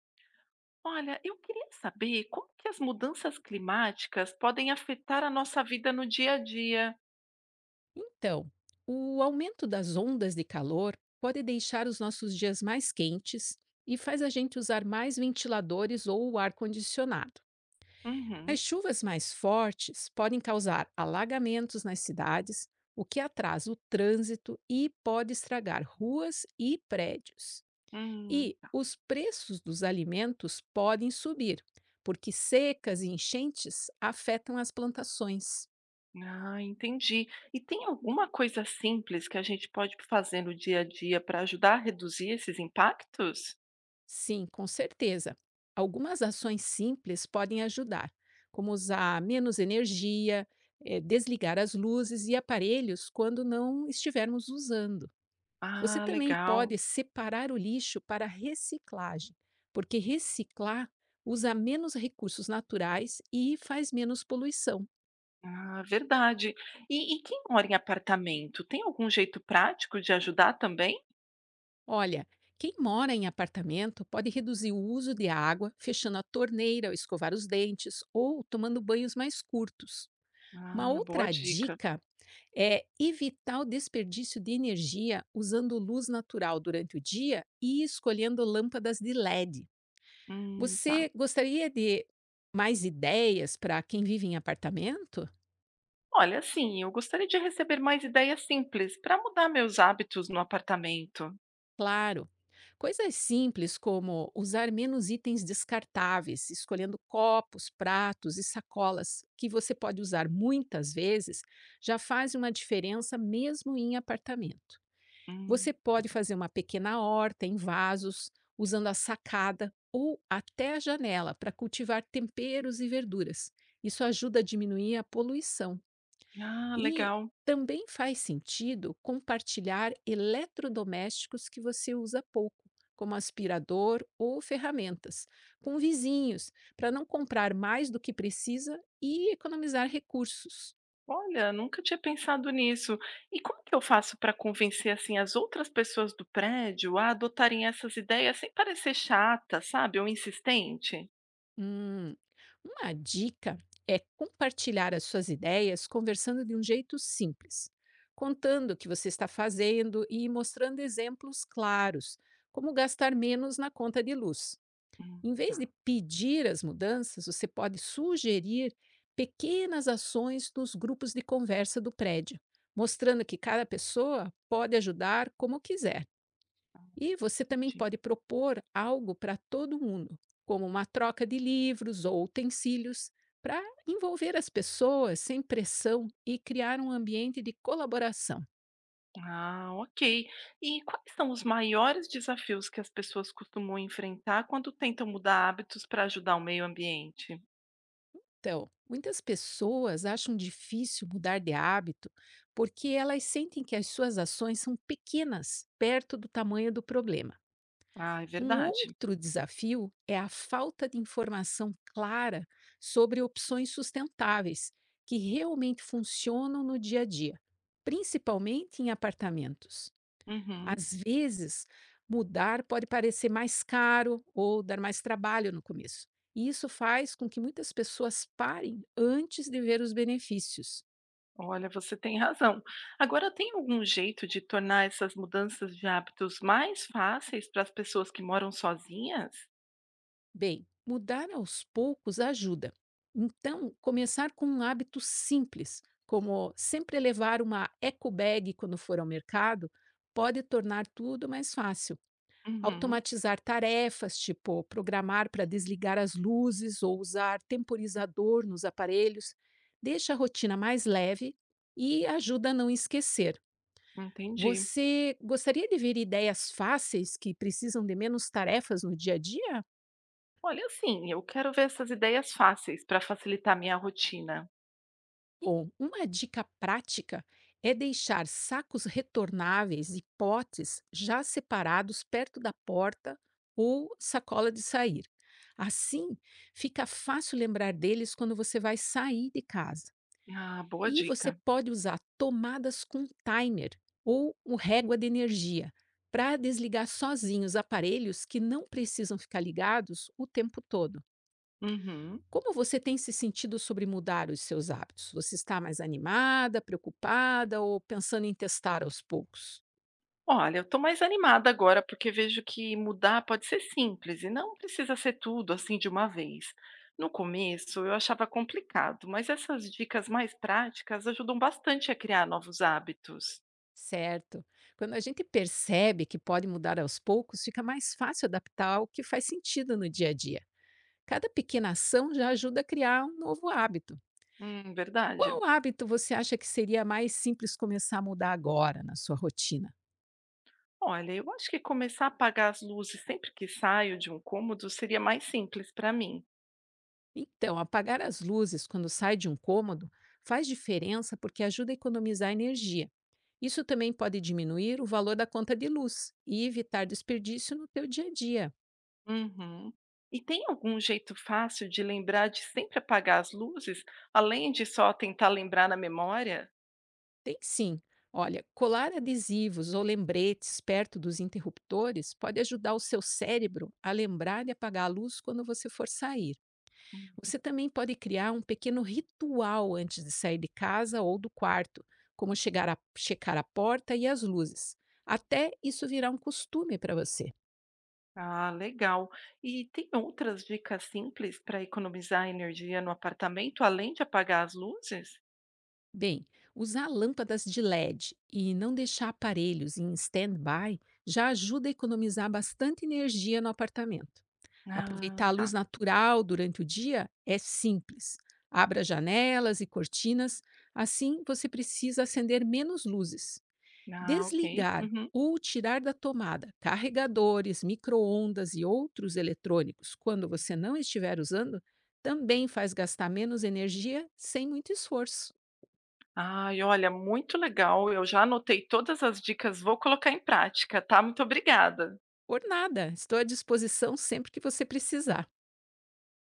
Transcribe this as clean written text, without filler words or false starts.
Olha, eu queria saber como que as mudanças climáticas podem afetar a nossa vida no dia a dia. Então, o aumento das ondas de calor pode deixar os nossos dias mais quentes e faz a gente usar mais ventiladores ou o ar-condicionado. Uhum, As chuvas mais fortes podem causar alagamentos nas cidades, o que atrasa o trânsito e pode estragar ruas e prédios. hum. E os preços dos alimentos podem subir, porque secas e enchentes afetam as plantações. Ah, entendi. E tem alguma coisa simples que a gente pode fazer no dia a dia para ajudar a reduzir esses impactos? Sim, com certeza. Algumas ações simples podem ajudar, como usar menos energia, desligar as luzes e aparelhos quando não estivermos usando. Você Ah, também legal. pode separar o lixo para reciclagem, porque reciclar usa menos recursos naturais e faz menos poluição. Ah, verdade. E quem mora em apartamento, tem algum jeito prático de ajudar também? Olha, quem mora em apartamento pode reduzir o uso de água, fechando a torneira ao escovar os dentes ou tomando banhos mais curtos. Uma Ah, boa outra dica. dica é evitar o desperdício de energia usando luz natural durante o dia e escolhendo lâmpadas de LED. Tá. Você gostaria de mais ideias para quem vive em apartamento? Olha, assim, eu gostaria de receber mais ideias simples para mudar meus hábitos no apartamento. Claro! Coisas simples como usar menos itens descartáveis, escolhendo copos, pratos e sacolas que você pode usar muitas vezes, já faz uma diferença mesmo em apartamento. Você Hum, pode fazer uma pequena horta em vasos, usando a sacada ou até a janela para cultivar temperos e verduras. Isso ajuda a diminuir a poluição. ah, E legal. também faz sentido compartilhar eletrodomésticos que você usa pouco, como aspirador ou ferramentas, com vizinhos, para não comprar mais do que precisa e economizar recursos. Olha, nunca tinha pensado nisso. E como que eu faço para convencer assim as outras pessoas do prédio a adotarem essas ideias sem parecer chata, sabe, ou insistente? Hum, uma dica é compartilhar as suas ideias conversando de um jeito simples, contando o que você está fazendo e mostrando exemplos claros, como gastar menos na conta de luz. Em vez Tá, de pedir as mudanças, você pode sugerir pequenas ações nos grupos de conversa do prédio, mostrando que cada pessoa pode ajudar como quiser. E você também entendi. pode propor algo para todo mundo, como uma troca de livros ou utensílios, para envolver as pessoas sem pressão e criar um ambiente de colaboração. Ah, ok. E quais são os maiores desafios que as pessoas costumam enfrentar quando tentam mudar hábitos para ajudar o meio ambiente? Então, muitas pessoas acham difícil mudar de hábito porque elas sentem que as suas ações são pequenas perto do tamanho do problema. Ah, é Um verdade. outro desafio é a falta de informação clara sobre opções sustentáveis que realmente funcionam no dia a dia, principalmente em apartamentos. Uhum. Às vezes, mudar pode parecer mais caro ou dar mais trabalho no começo. E isso faz com que muitas pessoas parem antes de ver os benefícios. Olha, você tem razão. Agora, tem algum jeito de tornar essas mudanças de hábitos mais fáceis para as pessoas que moram sozinhas? Bem, mudar aos poucos ajuda. Então, começar com um hábito simples, como sempre levar uma eco bag quando for ao mercado, pode tornar tudo mais fácil. Uhum, Automatizar tarefas, tipo programar para desligar as luzes ou usar temporizador nos aparelhos, deixa a rotina mais leve e ajuda a não esquecer. entendi. Você gostaria de ver ideias fáceis que precisam de menos tarefas no dia a dia? Olha, assim, eu quero ver essas ideias fáceis para facilitar minha rotina. Bom, uma dica prática é deixar sacos retornáveis e potes já separados perto da porta ou sacola de sair. Assim, fica fácil lembrar deles quando você vai sair de casa. Ah, boa E você dica. pode usar tomadas com timer ou um régua de energia para desligar sozinho os aparelhos que não precisam ficar ligados o tempo todo. Uhum. Como você tem se sentido sobre mudar os seus hábitos? Você está mais animada, preocupada ou pensando em testar aos poucos? Olha, eu estou mais animada agora porque vejo que mudar pode ser simples e não precisa ser tudo assim de uma vez. No começo eu achava complicado, mas essas dicas mais práticas ajudam bastante a criar novos hábitos. Certo. Quando a gente percebe que pode mudar aos poucos, fica mais fácil adaptar o que faz sentido no dia a dia. Cada pequena ação já ajuda a criar um novo hábito. Verdade. Qual hábito você acha que seria mais simples começar a mudar agora na sua rotina? Olha, eu acho que começar a apagar as luzes sempre que saio de um cômodo seria mais simples para mim. Então, apagar as luzes quando sai de um cômodo faz diferença porque ajuda a economizar energia. Isso também pode diminuir o valor da conta de luz e evitar desperdício no teu dia a dia. Uhum. E tem algum jeito fácil de lembrar de sempre apagar as luzes, além de só tentar lembrar na memória? Tem sim. Olha, colar adesivos ou lembretes perto dos interruptores pode ajudar o seu cérebro a lembrar de apagar a luz quando você for sair. Hum, Você também pode criar um pequeno ritual antes de sair de casa ou do quarto, como checar a porta e as luzes, até isso virar um costume para você. Ah, legal. E tem outras dicas simples para economizar energia no apartamento, além de apagar as luzes? Bem, usar lâmpadas de LED e não deixar aparelhos em stand-by já ajuda a economizar bastante energia no apartamento. Ah, Aproveitar a luz tá. natural durante o dia é simples. Abra janelas e cortinas, assim você precisa acender menos luzes. Ah, ok. Desligar Uhum. ou tirar da tomada carregadores, micro-ondas e outros eletrônicos quando você não estiver usando também faz gastar menos energia sem muito esforço. Ai, olha, muito legal. Eu já anotei todas as dicas, vou colocar em prática, tá? Muito obrigada. Por nada, estou à disposição sempre que você precisar.